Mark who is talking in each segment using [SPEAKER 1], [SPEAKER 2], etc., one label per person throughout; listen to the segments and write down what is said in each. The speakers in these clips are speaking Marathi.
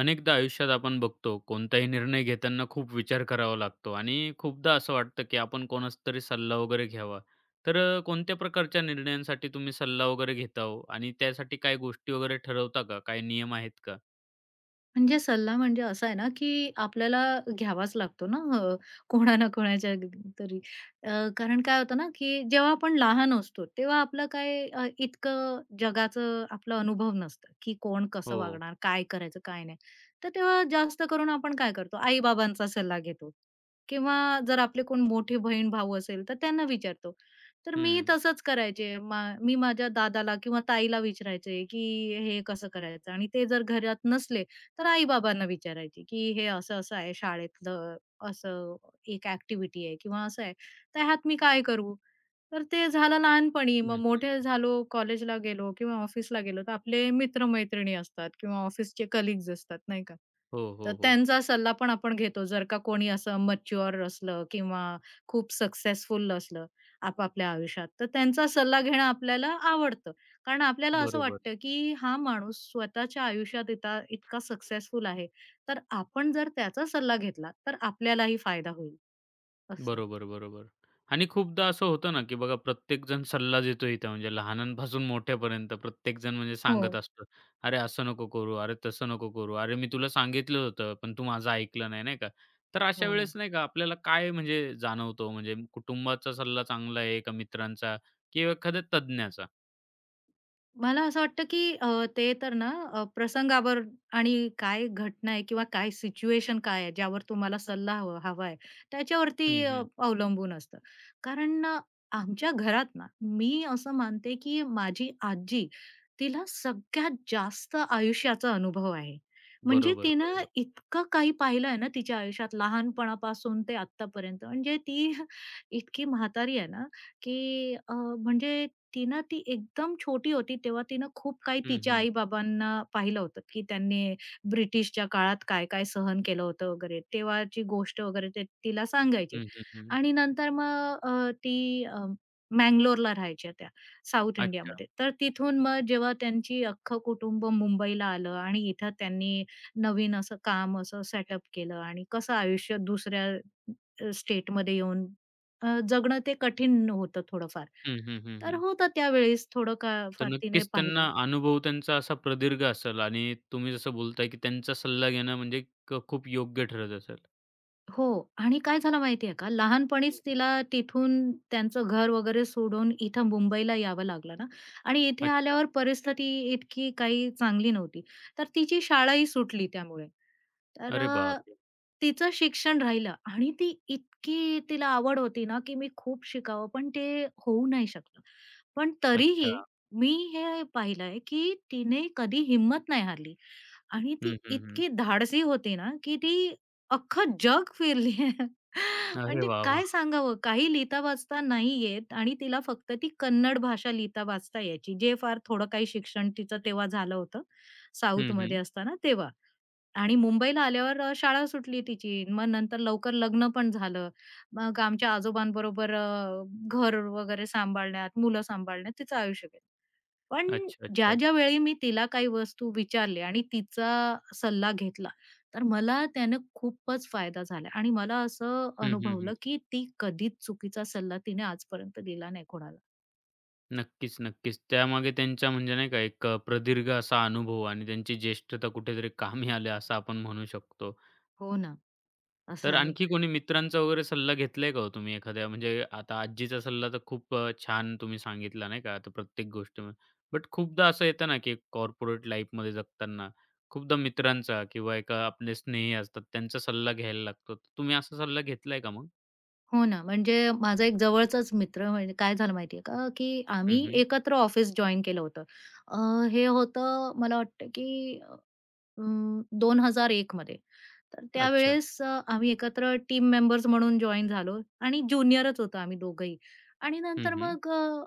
[SPEAKER 1] अनेकदा आयुष्यात आपण बघतो, कोणताही निर्णय घेताना खूप विचार करावा लागतो आणि खूपदा असं वाटतं, की आपण कोणाचा तरी सल्ला वगैरे घ्यावा. तर कोणत्या प्रकारच्या निर्णयांसाठी तुम्ही सल्ला वगैरे घेता हो? आणि त्यासाठी काही गोष्टी वगैरे ठरवता का? काही नियम आहेत का?
[SPEAKER 2] म्हणजे सल्ला म्हणजे असा आहे ना, की आपल्याला घ्यावाच लागतो ना कोणा ना कोणाच्या तरी. कारण काय होतं ना, की जेव्हा आपण लहान असतो, तेव्हा आपलं काय इतकं जगाचं आपला अनुभव नसतं, की कोण कसं
[SPEAKER 1] हो.
[SPEAKER 2] वागणार, काय करायचं, काय नाही. तर तेव्हा जास्त करून आपण काय करतो, आई-बाबांचा सल्ला घेतो किंवा जर आपले कोण मोठे बहीण-भाऊ असेल, तर त्यांना विचारतो. तर मी
[SPEAKER 1] हं.
[SPEAKER 2] तसंच करायचे. मी माझ्या दादाला किंवा ताईला विचारायचे, की हे कसं करायचं आणि ते जर घरात नसले तर आई-बाबांना विचारायची, की "हे असं-असं आहे शाळेतलं, असं एक ॲक्टिव्हिटी आहे किंवा असं आहे, तर ह्यात मी काय करू?" तर ते झालं लहानपणी.
[SPEAKER 1] हं,
[SPEAKER 2] मग मोठे
[SPEAKER 1] हं.
[SPEAKER 2] झालो, कॉलेजला गेलो किंवा ऑफिसला गेलो, तर आपले मित्र-मैत्रिणी असतात किंवा ऑफिसचे कलीग्ज असतात, नाही का?
[SPEAKER 1] हो,
[SPEAKER 2] तर
[SPEAKER 1] हो, हो.
[SPEAKER 2] त्यांचा सल्ला पण आपण घेतो. जर का कोणी असं मॅच्युअर असलं किंवा खूप सक्सेसफुल असलं आपापल्या आयुष्यात, तर त्यांचा सल्ला घेणं आपल्याला आवडतं. कारण आपल्याला असं
[SPEAKER 1] बरोबर.
[SPEAKER 2] वाटतं, की हा माणूस स्वतःच्या आयुष्यात इतका सक्सेसफुल आहे, तर आपण जर त्याचा सल्ला घेतला, तर आपल्यालाही फायदा होईल असं.
[SPEAKER 1] बरोबर, बरोबर. आणि खूपदा असं होतं ना, की बघा प्रत्येकजण सल्ला देतो इथं म्हणजे लहानांपासून मोठ्यापर्यंत प्रत्येकजण म्हणजे सांगत
[SPEAKER 2] हो,
[SPEAKER 1] असतो. "अरे, असं नको करू. अरे, तसं नको करू. अरे, मी तुला सांगितलं होतं, पण तू माझं ऐकलं नाही." नाही का? तर अशा
[SPEAKER 2] हो ना.
[SPEAKER 1] वेळेस नाही का आपल्याला काय म्हणजे जाणवतो म्हणजे कुटुंबाचा सल्ला चांगला आहे का मित्रांचा किंवा एखाद्या तज्ञाचा?
[SPEAKER 2] मला असं वाटतं, की ते तर ना प्रसंगावर आणि काय घटना आहे किंवा काय सिच्युएशन काय आहे, ज्यावर तुम्हाला सल्ला हवा हवा आहे,
[SPEAKER 1] हं,
[SPEAKER 2] त्याच्यावरती
[SPEAKER 1] हं.
[SPEAKER 2] अवलंबून असतं. कारण आमच्या घरात ना, मी असं मानते, की माझी आजी, तिला सगळ्यात जास्त आयुष्याचा अनुभव आहे. म्हणजे
[SPEAKER 1] बरोबर,
[SPEAKER 2] तिनं
[SPEAKER 1] बरोबर.
[SPEAKER 2] इतकं काही पाहिलं ना तिच्या आयुष्यात लहानपणापासून ते आत्तापर्यंत. म्हणजे ती इतकी म्हातारी आहे ना, की म्हणजे ती ना ती एकदम छोटी होती तेव्हा तिनं खूप काही
[SPEAKER 1] हं,
[SPEAKER 2] तिच्या
[SPEAKER 1] हं.
[SPEAKER 2] आई-बाबांना पाहिलं होतं, की त्यांनी ब्रिटिशच्या काळात काय-काय सहन केलं होतं वगैरे. तेव्हाची गोष्ट वगैरे ते तिला सांगायचे
[SPEAKER 1] हं, हं, हं.
[SPEAKER 2] आणि नंतर मग ती मंगलोरला राहायच्या त्या साउथ
[SPEAKER 1] अच्छा.
[SPEAKER 2] इंडियामध्ये. तर तिथून मग जेव्हा त्यांची अख्खं कुटुंब मुंबईला आलं आणि इथं त्यांनी नवीन असं काम असं सेटअप केलं आणि कसं आयुष्य दुसऱ्या स्टेटमध्ये येऊन जगणं ते कठीण होतं थोडंफार.
[SPEAKER 1] हं, हं, हं,
[SPEAKER 2] तर
[SPEAKER 1] हं.
[SPEAKER 2] होतं त्यावेळेस थोडं का
[SPEAKER 1] तर
[SPEAKER 2] फार तिने
[SPEAKER 1] नक्कीच
[SPEAKER 2] पाहिलं.
[SPEAKER 1] त्यांना अनुभव त्यांचा असा प्रदीर्घ असेल आणि तुम्ही जसं बोलताय, की त्यांचा सल्ला घेणं म्हणजे खूप योग्य ठरत असेल.
[SPEAKER 2] हो. आणि काय झालं माहितीये का,
[SPEAKER 1] हं.
[SPEAKER 2] लहानपणीच तिला तिथून त्यांचं घर वगैरे सोडून इथं मुंबईला यावं लागलं ना आणि इथे
[SPEAKER 1] अच्छा.
[SPEAKER 2] आल्यावर परिस्थिती इतकी काही चांगली नव्हती. तर तिची शाळाही सुटली त्यामुळे. तर
[SPEAKER 1] अरे बापरे!
[SPEAKER 2] तिचं शिक्षण राहिलं आणि ती इतकी तिला आवड होती ना, की मी खूप शिकावं, पण ते होऊ नाही शकलं. पण तरीही
[SPEAKER 1] अच्छा.
[SPEAKER 2] मी हे पाहिलंय, की तिने कधी हिंमत नाही हारली आणि
[SPEAKER 1] हं,
[SPEAKER 2] ती
[SPEAKER 1] हं, हं.
[SPEAKER 2] इतकी धाडसी होती ना, की ती अख्खं जग फिरली आहे.
[SPEAKER 1] अरे
[SPEAKER 2] म्हणजे
[SPEAKER 1] वाह,
[SPEAKER 2] काय
[SPEAKER 1] वाह!
[SPEAKER 2] सांगावं, काही लिहिता-वाचता नाही येत आणि तिला फक्त ती कन्नड भाषा लिहिता-वाचता यायची. जे फार थोडं काही शिक्षण तिचं तेव्हा झालं होतं,
[SPEAKER 1] हं,
[SPEAKER 2] साऊथमध्ये
[SPEAKER 1] हं.
[SPEAKER 2] असताना तेव्हा. आणि मुंबईला आल्यावर शाळा सुटली तिची. मग नंतर लवकर लग्न पण झालं. मग आमच्या आजोबांबरोबर घर वगैरे सांभाळण्यात, मुलं सांभाळण्यात तिचं आयुष्य गेलं. पण
[SPEAKER 1] अच्छा, अच्छा,
[SPEAKER 2] ज्या,
[SPEAKER 1] अच्छा.
[SPEAKER 2] ज्या वेळी मी तिला काही वस्तू विचारल्या आणि तिचा सल्ला घेतला, तर मला त्यानं खूपच फायदा झाला आणि मला असं
[SPEAKER 1] हं, हं, हं.
[SPEAKER 2] अनुभवलं, की ती कधीच चुकीचा सल्ला तिने आजपर्यंत दिला नाही कोणाला.
[SPEAKER 1] नक्कीच, नक्कीच. त्यामागे त्यांच्या म्हणजे नाही का एक प्रदीर्घ असा अनुभव आणि त्यांची ज्येष्ठता कुठेतरी कामी आले असं आपण म्हणू शकतो.
[SPEAKER 2] हो ना, असं
[SPEAKER 1] तर
[SPEAKER 2] आहे.
[SPEAKER 1] आणखी कोणी मित्रांचा वगैरे सल्ला घेतलाय का हो तुम्ही एखाद्या म्हणजे आता आजीचा सल्ला तर खूप छान तुम्ही सांगितला नाही का आता प्रत्येक गोष्टीमध्ये. बट खूपदा असं येतं ना, की कॉर्पोरेट लाईफमध्ये जगताना खूपदा मित्रांचा किंवा एका आपले स्नेही असतात त्यांचा सल्ला घ्यायला लागतो. तर तुम्ही असा सल्ला घेतलाय का मग?
[SPEAKER 2] हो ना, म्हणजे माझा एक जवळचाच मित्र म्हणजे काय झालं माहिती का, की
[SPEAKER 1] हं,
[SPEAKER 2] आम्ही
[SPEAKER 1] हं.
[SPEAKER 2] एकत्र ऑफिस जॉइन केलं होतं. अ, हे होतं मला वाटतं, की 2001 मध्ये. तर
[SPEAKER 1] अच्छा.
[SPEAKER 2] त्यावेळेस आम्ही एकत्र टीम मेंबर्स म्हणून जॉइन झालो आणि ज्युनियरच होतो आम्ही दोघंही. आणि
[SPEAKER 1] हं,
[SPEAKER 2] नंतर
[SPEAKER 1] हं.
[SPEAKER 2] मग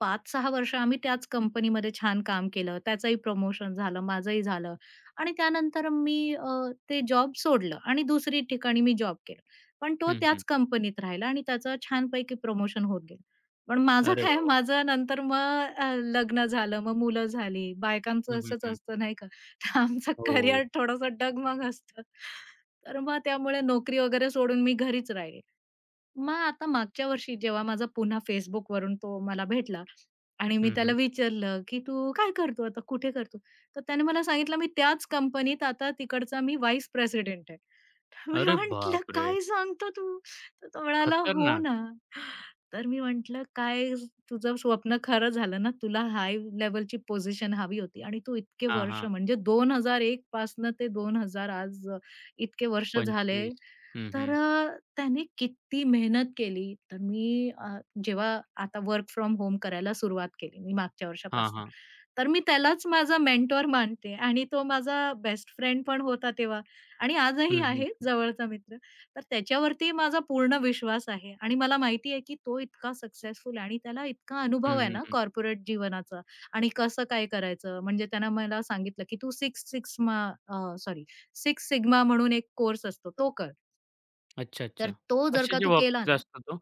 [SPEAKER 2] 5-6 वर्ष आम्ही त्याच कंपनीमध्ये छान काम केलं. त्याचंही प्रमोशन झालं, माझंही झालं आणि त्यानंतर मी ते जॉब सोडलं आणि दुसरी ठिकाणी मी जॉब केला. पण तो
[SPEAKER 1] हं, हं.
[SPEAKER 2] त्याच कंपनीत राहिला आणि त्याचं छानपैकी प्रमोशन होत गेलं. पण माझं
[SPEAKER 1] अरे
[SPEAKER 2] काय
[SPEAKER 1] वाह! वाह!
[SPEAKER 2] माझं नंतर मग लग्न झालं, मग मुलं झाली. बायकांचं
[SPEAKER 1] हं, हं,
[SPEAKER 2] असंच
[SPEAKER 1] हं.
[SPEAKER 2] असतं नाही का? आमचं
[SPEAKER 1] हो.
[SPEAKER 2] करिअर थोडंसं डगमग असतं. तर मग त्यामुळे नोकरी वगैरे सोडून मी घरीच राहिले. मग आता मागच्या वर्षी जेव्हा माझा पुन्हा Facebook वरून तो मला भेटला आणि मी
[SPEAKER 1] हं,
[SPEAKER 2] त्याला
[SPEAKER 1] हं.
[SPEAKER 2] विचारलं, की "तू काय करतो आता? कुठे करतो?" तर त्याने मला सांगितलं, "मी त्याच कंपनीत आता तिकडचा मी व्हाईस प्रेसिडेंट आहे." तर मी
[SPEAKER 1] अरे
[SPEAKER 2] म्हटलं,
[SPEAKER 1] बापरे!
[SPEAKER 2] "काय सांगतो तू?" तर तो म्हणाला, "हो
[SPEAKER 1] खतरनाक.
[SPEAKER 2] ना." तर मी म्हटलं, "काय तुझं स्वप्न खरं झालं ना, तुला हाय लेव्हलची पोझिशन हवी होती आणि तू इतके
[SPEAKER 1] हां,
[SPEAKER 2] वर्ष
[SPEAKER 1] हां.
[SPEAKER 2] म्हणजे दोन हजार एक पासनं ते दोन हजार आज इतके वर्ष झाले."
[SPEAKER 1] 25. हं,
[SPEAKER 2] तर
[SPEAKER 1] हं.
[SPEAKER 2] त्याने किती मेहनत केली. तर मी जेव्हा आता वर्क फ्रॉम होम करायला सुरुवात केली मी मागच्या
[SPEAKER 1] हां,
[SPEAKER 2] वर्षापासनं.
[SPEAKER 1] हां.
[SPEAKER 2] तर मी त्यालाच माझा मेंटॉर मानते आणि तो माझा बेस्ट फ्रेंड पण होता तेव्हा आणि
[SPEAKER 1] हं,
[SPEAKER 2] आजही
[SPEAKER 1] हं.
[SPEAKER 2] आहे जवळचा मित्र. तर त्याच्यावरती माझा पूर्ण विश्वास आहे आणि मला माहिती आहे, की तो इतका सक्सेसफुल आहे आणि त्याला इतका
[SPEAKER 1] हं,
[SPEAKER 2] अनुभव आहे ना
[SPEAKER 1] हं.
[SPEAKER 2] कॉर्पोरेट जीवनाचा आणि कसं काय करायचं. म्हणजे त्यानं मला सांगितलं, की "तू six sigma" sorry six sigma म्हणून एक कोर्स असतो, तो कर.
[SPEAKER 1] अच्छा, अच्छा.
[SPEAKER 2] तर तो जर का
[SPEAKER 1] कशाच्या
[SPEAKER 2] तू केला
[SPEAKER 1] बाबतीत
[SPEAKER 2] ना
[SPEAKER 1] असतो तो?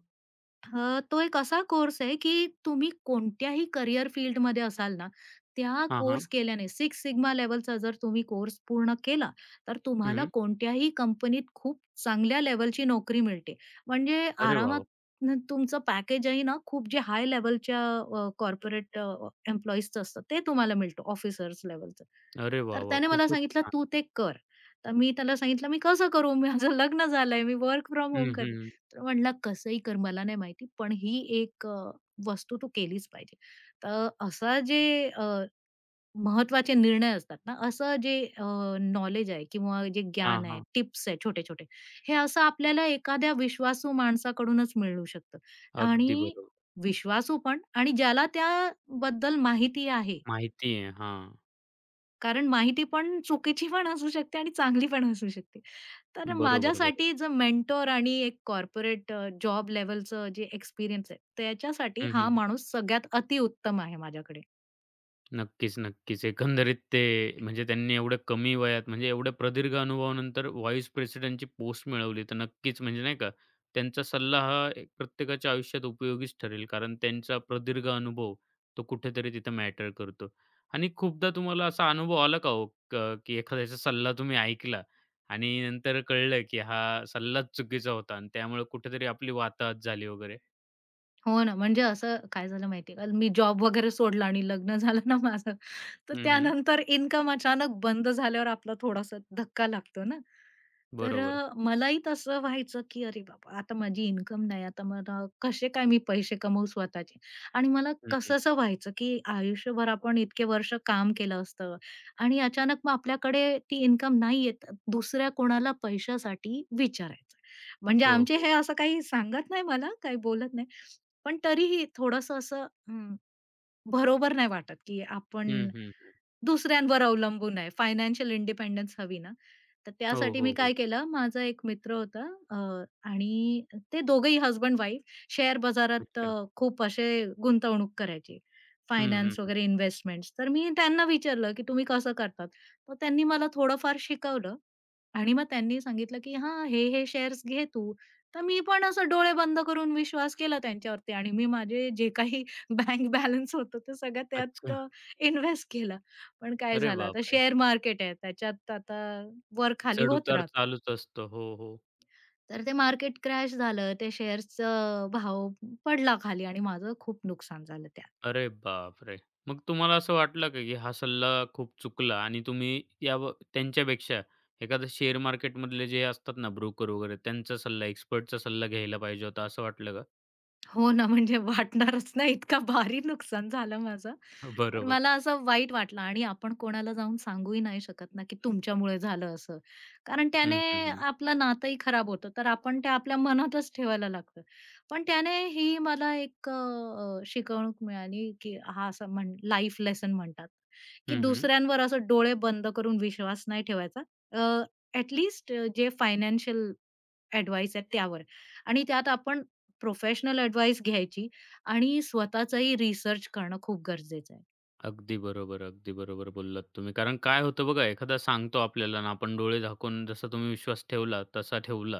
[SPEAKER 2] हां, तो एक असा कोर्स आहे, की तुम्ही कोणत्याही करियर फील्डमध्ये असाल ना, त्या
[SPEAKER 1] हां, हां.
[SPEAKER 2] कोर्स केल्याने सिक्स सिग्मा लेव्हलचा जर तुम्ही कोर्स पूर्ण केला, तर तुम्हाला
[SPEAKER 1] हं.
[SPEAKER 2] कोणत्याही कंपनीत खूप चांगल्या लेव्हलची नोकरी मिळते. म्हणजे
[SPEAKER 1] अरे वाह!
[SPEAKER 2] आरामात
[SPEAKER 1] वाह!
[SPEAKER 2] न तुमचं पॅकेजही ना खूप जे हाय लेव्हलच्या कॉर्पोरेट एम्प्लॉईजचं असतं ते तुम्हाला मिळतं ऑफिसर्स लेव्हलचं.
[SPEAKER 1] अरे वाह!
[SPEAKER 2] तर
[SPEAKER 1] वाह!
[SPEAKER 2] त्याने मला
[SPEAKER 1] खूपच
[SPEAKER 2] सांगितलं,
[SPEAKER 1] छान.
[SPEAKER 2] "तू ते कर." तर मी त्याला सांगितलं, "मी कसं करू? माझं लग्न झालंय, मी वर्क फ्रॉम होम
[SPEAKER 1] हं,
[SPEAKER 2] करते."
[SPEAKER 1] हं.
[SPEAKER 2] तर म्हणला कसंही कर मला नाही माहिती, पण ही एक वस्तू तू केलीच पाहिजे. तर असा जे अ, महत्त्वाचे निर्णय असतात ना, असं जे नॉलेज आहे किंवा जे
[SPEAKER 1] हां,
[SPEAKER 2] ज्ञान आहे,
[SPEAKER 1] हां.
[SPEAKER 2] टिप्स आहे छोटे-छोटे, हे असं आपल्याला एखाद्या विश्वासू माणसाकडूनच मिळू शकतं
[SPEAKER 1] अगदी
[SPEAKER 2] आणि
[SPEAKER 1] बरोबर.
[SPEAKER 2] विश्वासू पण आणि ज्याला त्याबद्दल माहिती आहे.
[SPEAKER 1] माहिती आहे. हां.
[SPEAKER 2] कारण माहिती पण चुकीची पण असू शकते आणि चांगली पण असू शकते. तर
[SPEAKER 1] बरोबर,
[SPEAKER 2] माझ्यासाठी
[SPEAKER 1] बरोबर.
[SPEAKER 2] जे मेंटॉर आणि एक कॉर्पोरेट जॉब लेव्हलचं जे एक्सपिरियन्स आहे, त्याच्यासाठी
[SPEAKER 1] हं,
[SPEAKER 2] हा
[SPEAKER 1] हं.
[SPEAKER 2] माणूस सगळ्यात अतिउत्तम आहे माझ्याकडे.
[SPEAKER 1] नक्कीच, नक्कीच. एकंदरीत ते म्हणजे त्यांनी एवढ्या कमी वयात म्हणजे एवढ्या प्रदीर्घ अनुभवानंतर व्हाईस प्रेसिडेंटची पोस्ट मिळवली, तर नक्कीच म्हणजे नाही का, त्यांचा सल्ला हा एक प्रत्येकाच्या आयुष्यात उपयोगीच ठरेल. कारण त्यांचा प्रदीर्घ अनुभव तो कुठेतरी तिथं मॅटर करतो. आणि खूपदा तुम्हाला असा अनुभव आला का हो, क की एखाद्याचा सल्ला तुम्ही ऐकला आणि नंतर कळलं की हा सल्लाच चुकीचा होता आणि त्यामुळे कुठेतरी आपली वाताहत झाली वगैरे?
[SPEAKER 2] हो ना, म्हणजे असं काय झालं माहिती का, मी जॉब वगैरे सोडला आणि लग्न झालं ना माझं, तर
[SPEAKER 1] हं, हं.
[SPEAKER 2] त्यानंतर इन्कम अचानक बंद झाल्यावर आपला थोडासा धक्का लागतो ना. तर
[SPEAKER 1] बरोबर.
[SPEAKER 2] मलाही तसं व्हायचं, की अरे बाबा, आता माझी इन्कम नाही, आता मला कसे काय मी पैसे कमवू स्वतःचे? आणि मला
[SPEAKER 1] हं, हं.
[SPEAKER 2] कसंसं व्हायचं, की आयुष्यभर आपण इतके वर्ष काम केलं असतं आणि अचानक मग आपल्याकडे ती इन्कम नाही येत, दुसऱ्या कोणाला पैशासाठी विचारायचं. म्हणजे
[SPEAKER 1] हो,
[SPEAKER 2] आमचे
[SPEAKER 1] हो.
[SPEAKER 2] हे असं काही सांगत नाही मला, काही बोलत नाही. पण तरीही थोडंसं असं बरोबर नाही वाटत, की
[SPEAKER 1] हं,
[SPEAKER 2] आपण
[SPEAKER 1] हं.
[SPEAKER 2] दुसऱ्यांवर अवलंबून आहे. फायनान्शियल इंडिपेंडन्स हवी ना, तर
[SPEAKER 1] हो,
[SPEAKER 2] त्यासाठी मी
[SPEAKER 1] हो, हो.
[SPEAKER 2] काय केलं, माझा एक मित्र होता अ, आणि ते दोघंही हसबंड-वाईफ शेअर बाजारात
[SPEAKER 1] अच्छा.
[SPEAKER 2] खूप असे गुंतवणूक करायचे.
[SPEAKER 1] हं, हं,
[SPEAKER 2] फायनान्स
[SPEAKER 1] हं.
[SPEAKER 2] वगैरे इन्व्हेस्टमेंट्स. तर मी त्यांना विचारलं, की "तुम्ही कसं करतात?" तर त्यांनी मला थोडंफार शिकवलं आणि मग त्यांनी सांगितलं, की "हां, हे, हे शेअर्स घे तू." तर मी पण असं डोळे बंद करून विश्वास केला त्यांच्यावरती आणि मी माझे जे काही बँक बॅलन्स होतं ते सगळं त्यात
[SPEAKER 1] अच्छा.
[SPEAKER 2] इन्व्हेस्ट केलं. पण काय
[SPEAKER 1] अरे
[SPEAKER 2] झालं, आता
[SPEAKER 1] बापरे!
[SPEAKER 2] शेअर मार्केट आहे त्याच्यात आता वर खाली होत
[SPEAKER 1] चढ-उतार
[SPEAKER 2] राहतं.
[SPEAKER 1] चालूच असतो. हो, हो.
[SPEAKER 2] तर ते मार्केट क्रॅश झालं. ते शेअर्सचं भाव पडला खाली आणि माझं खूप नुकसान झालं त्यात.
[SPEAKER 1] अरे बापरे! मग तुम्हाला असं वाटलं का, की हा सल्ला खूप चुकला आणि तुम्ही या व त्यांच्यापेक्षा एखादं शेअर मार्केटमधले जे असतात ना ब्रोकर वगैरे, त्यांचा सल्ला, एक्सपर्टचा सल्ला घ्यायला पाहिजे होता, असं वाटलं का?
[SPEAKER 2] हो ना, म्हणजे वाटणारच ना, इतका भारी नुकसान झालं माझं. तर
[SPEAKER 1] बरोबर.
[SPEAKER 2] मला असं वाईट वाटलं आणि आपण कोणाला जाऊन सांगूही नाही शकत ना, की तुमच्यामुळे झालं असं. कारण त्याने
[SPEAKER 1] हं, हं, हं.
[SPEAKER 2] आपलं नातंही खराब होतं, तर आपण ते आपल्या मनातच ठेवायला लागतं. पण त्याने ही मला एक शिकवणूक मिळाली, की हा असं म्हण लाईफ लेसन म्हणतात, की
[SPEAKER 1] हं, हं.
[SPEAKER 2] दुसऱ्यांवर असं डोळे बंद करून विश्वास नाही ठेवायचा. अ, जे फायनान्शियल ॲडवाईस आहे त्यावर आणि त्यात आपण प्रोफेशनल एडवाईस घ्यायची आणि स्वतःचाही रिसर्च करणं खूप गरजेचं आहे.
[SPEAKER 1] अगदी बरोबर, अगदी बरोबर बोललात तुम्ही. कारण काय होतं बघा, एखादा सांगतो आपल्याला आणि आपण डोळे झाकून जसा तुम्ही विश्वास ठेवला, तसा ठेवला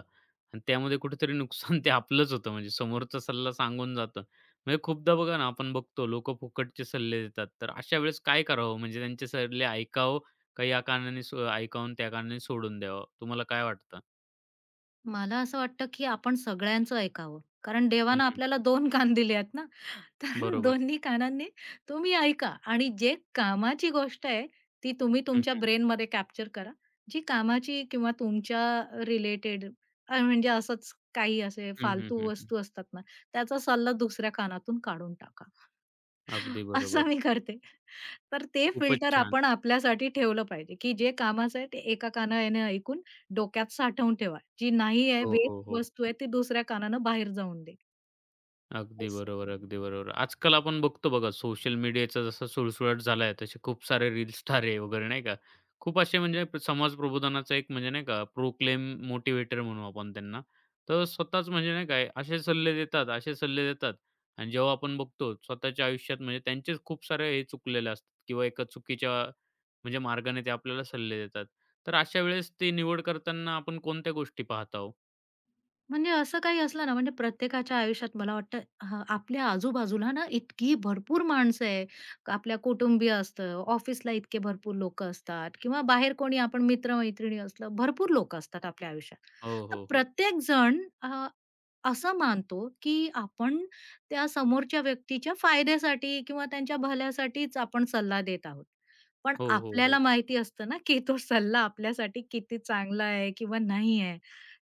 [SPEAKER 1] आणि त्यामध्ये कुठेतरी नुकसान ते आपलंच होतं. म्हणजे समोरचा सल्ला सांगून जातं. म्हणजे खूपदा बघा ना, आपण बघतो लोकं फुकटचे सल्ले देतात. तर अशा वेळेस काय करावं? म्हणजे त्यांचे सल्ले ऐकावं का या कारणाने ऐकावून त्या कारणाने सोडून द्यावं? तुम्हाला काय वाटतं?
[SPEAKER 2] मला असं वाटतं, की आपण सगळ्यांचं ऐकावं. कारण
[SPEAKER 1] हं,
[SPEAKER 2] देवानं
[SPEAKER 1] हं.
[SPEAKER 2] आपल्याला 2 कान दिले आहेत ना, तर
[SPEAKER 1] बरोबर.
[SPEAKER 2] दोन्ही कानांनी तुम्ही ऐका आणि जे कामाची गोष्ट आहे, ती तुम्ही
[SPEAKER 1] हं,
[SPEAKER 2] तुमच्या
[SPEAKER 1] हं.
[SPEAKER 2] ब्रेनमध्ये कॅप्चर करा. जी कामाची किंवा तुमच्या रिलेटेड म्हणजे असंच काही असे
[SPEAKER 1] हं, हं,
[SPEAKER 2] फालतू
[SPEAKER 1] हं, हं.
[SPEAKER 2] वस्तू असतात ना, त्याचा सल्ला दुसऱ्या कानातून काढून टाका.
[SPEAKER 1] अगदी
[SPEAKER 2] असं
[SPEAKER 1] बरोबर.
[SPEAKER 2] मी करते. तर ते
[SPEAKER 1] खूपच
[SPEAKER 2] फिल्टर
[SPEAKER 1] छान.
[SPEAKER 2] आपण आपल्यासाठी ठेवलं पाहिजे, की जे कामाचं आहे ते एका कानाने ऐकून डोक्यात साठवून ठेवा. जी नाही आहे,
[SPEAKER 1] हो, हो,
[SPEAKER 2] वेस्ट
[SPEAKER 1] हो.
[SPEAKER 2] वस्तू आहे ती दुसऱ्या कानानं बाहेर जाऊन दे.
[SPEAKER 1] अगदी
[SPEAKER 2] असं.
[SPEAKER 1] बरोबर, अगदी बरोबर. आजकाल आपण बघतो बघा सोशल मीडियाचा जसा सुळसुळाट झालाय, तसे खूप सारे रील स्टार आहे वगैरे नाही का? खूप असे म्हणजे समाज प्रबोधनाचा एक म्हणजे नाही का प्रोक्लेम मोटिवेटर म्हणू आपण त्यांना. तर स्वतःच म्हणजे नाही काय असे सल्ले देतात, असे सल्ले देतात आणि जेव्हा आपण बघतो स्वतःच्या आयुष्यात म्हणजे त्यांचेच खूप सारे हे चुकलेले असतात किंवा एका चुकीच्या म्हणजे मार्गाने ते आपल्याला सल्ले देतात. तर अशा वेळेस ती निवड करताना आपण कोणत्या गोष्टी पाहता हो?
[SPEAKER 2] म्हणजे असं काही असलं ना, म्हणजे प्रत्येकाच्या आयुष्यात मला वाटतं आपल्या आजूबाजूला ना इतकी भरपूर माणसं आहे. आपल्या कुटुंबीय असतं, ऑफिसला इतके भरपूर लोकं असतात किंवा बाहेर कोणी आपण मित्र-मैत्रिणी असलं, भरपूर लोकं असतात आपल्या आयुष्यात.
[SPEAKER 1] हो,
[SPEAKER 2] तर
[SPEAKER 1] हो, हो.
[SPEAKER 2] प्रत्येक जण असं मानतो, की आपण त्या समोरच्या व्यक्तीच्या फायद्यासाठी किंवा त्यांच्या भल्यासाठीच आपण सल्ला देत आहोत. पण
[SPEAKER 1] हो, हो, हो.
[SPEAKER 2] आपल्याला माहिती असतं ना, की तो सल्ला आपल्यासाठी किती चांगला आहे किंवा नाही आहे.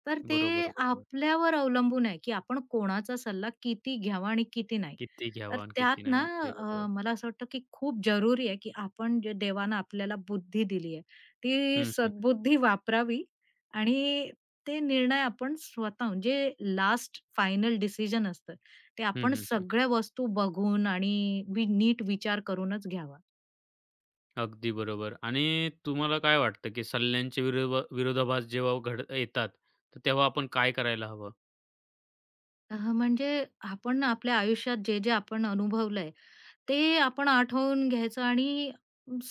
[SPEAKER 2] तर ते
[SPEAKER 1] बरोबर, बरोबर.
[SPEAKER 2] आपल्यावर अवलंबून आहे, की आपण कोणाचा सल्ला किती घ्यावा आणि किती नाही.
[SPEAKER 1] किती
[SPEAKER 2] तर
[SPEAKER 1] घ्यावं आणि
[SPEAKER 2] त्यात
[SPEAKER 1] किती नाही.
[SPEAKER 2] ना
[SPEAKER 1] अगदी बरोबर.
[SPEAKER 2] मला असं वाटतं, की खूप जरुरी आहे, की आपण जे देवानं आपल्याला बुद्धी दिली आहे, ती
[SPEAKER 1] हं, हं.
[SPEAKER 2] सद्बुद्धी वापरावी आणि ते निर्णय आपण स्वतःहून जे लास्ट फायनल डिसिजन असतं, ते
[SPEAKER 1] हं,
[SPEAKER 2] आपण
[SPEAKER 1] हं, हं.
[SPEAKER 2] सगळ्या वस्तू बघून आणि नीट विचार करूनच घ्यावा.
[SPEAKER 1] अगदी बरोबर आणि तुम्हाला काय वाटतं, की सल्ल्यांच्या विरोधाभास जेव्हा घड येतात, तर तेव्हा आपण काय करायला हवं?
[SPEAKER 2] म्हणजे आपण ना आपल्या आयुष्यात जे-जे आपण अनुभवलंय ते आपण आठवून घ्यायचं आणि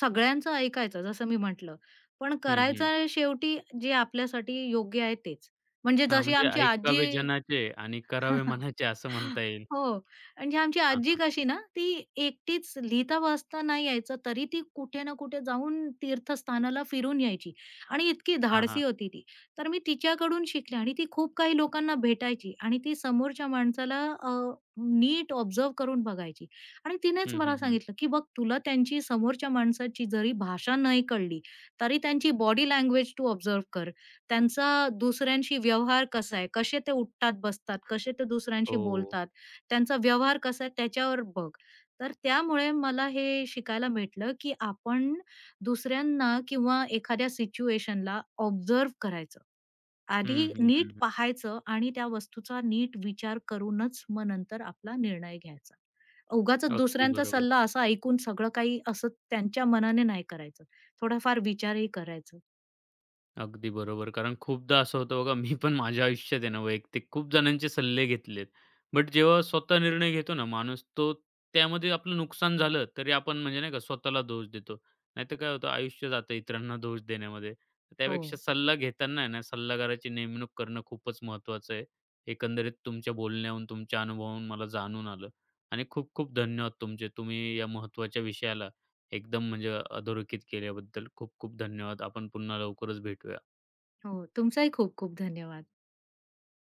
[SPEAKER 2] सगळ्यांचं ऐकायचं जसं मी म्हटलं. पण
[SPEAKER 1] हं, हं.
[SPEAKER 2] करायचं शेवटी जे आपल्यासाठी योग्य आहे तेच. म्हणजे
[SPEAKER 1] हां,
[SPEAKER 2] जशी
[SPEAKER 1] म्हणजे
[SPEAKER 2] आमची
[SPEAKER 1] ऐकावे
[SPEAKER 2] आजी
[SPEAKER 1] जनाचे आणि करावे मनाचे असं म्हणता येईल.
[SPEAKER 2] हो. म्हणजे आमची
[SPEAKER 1] हां,
[SPEAKER 2] आजी
[SPEAKER 1] हां.
[SPEAKER 2] कशी ना, ती एकटीच लिहिता-वाचता नाही यायचं, तरी ती कुठे ना कुठे जाऊन तीर्थस्थानाला फिरून यायची आणि इतकी
[SPEAKER 1] हां, हां.
[SPEAKER 2] धाडसी होती ती. तर मी तिच्याकडून शिकले आणि ती खूप काही लोकांना भेटायची आणि ती समोरच्या माणसाला नीट ऑब्झर्व्ह करून बघायची आणि तिनेच
[SPEAKER 1] हं, हं,
[SPEAKER 2] मला
[SPEAKER 1] हं.
[SPEAKER 2] सांगितलं, की "बघ तुला त्यांची समोरच्या माणसाची जरी भाषा नाही कळली, तरी त्यांची बॉडी लँग्वेज तू ऑब्झर्व्ह कर." त्यांचा दुसऱ्यांशी व्यवहार कसा आहे, कसे ते उठतात, बसतात, कसे ते दुसऱ्यांशी
[SPEAKER 1] हो.
[SPEAKER 2] बोलतात, त्यांचा व्यवहार कसा आहे त्याच्यावर बघ. तर त्यामुळे मला हे शिकायला भेटलं, की आपण दुसऱ्यांना किंवा एखाद्या सिच्युएशनला ऑब्झर्व्ह करायचं.
[SPEAKER 1] हं,
[SPEAKER 2] आधी
[SPEAKER 1] हं,
[SPEAKER 2] नीट
[SPEAKER 1] हं, हं.
[SPEAKER 2] पाहायचं आणि त्या वस्तूचा नीट विचार करूनच मग नंतर आपला निर्णय घ्यायचा. उगाचच
[SPEAKER 1] अगदी
[SPEAKER 2] दुसऱ्यांचा
[SPEAKER 1] बरोबर.
[SPEAKER 2] सल्ला असा ऐकून सगळं काही असं त्यांच्या मनाने नाही करायचं. थोडाफार विचारही करायचं.
[SPEAKER 1] अगदी बरोबर. कारण खूपदा असं होतं बघा, मी पण माझ्या आयुष्यात आहे ना वैयक्तिक खूप जणांचे सल्ले घेतलेत. बट जेव्हा स्वतः निर्णय घेतो ना माणूस, तो त्यामध्ये आपलं नुकसान झालं तरी आपण म्हणजे नाही का स्वतःला दोष देतो. नाहीतर काय होतं आयुष्य जातं इतरांना दोष देण्यामध्ये. तर त्यापेक्षा
[SPEAKER 2] हो,
[SPEAKER 1] सल्ला घेताना आहे ना सल्लागाराची नेमणूक करणं खूपच महत्त्वाचं आहे. एकंदरीत तुमच्या बोलण्याहून, तुमच्या अनुभवाहून मला जाणून आलं आणि खूप-खूप धन्यवाद तुमचे. तुम्ही या महत्त्वाच्या विषयाला एकदम म्हणजे अधोरेखित केल्याबद्दल खूप-खूप धन्यवाद. आपण पुन्हा लवकरच भेटूया.
[SPEAKER 2] हो. तुमचाही खूप खूप धन्यवाद.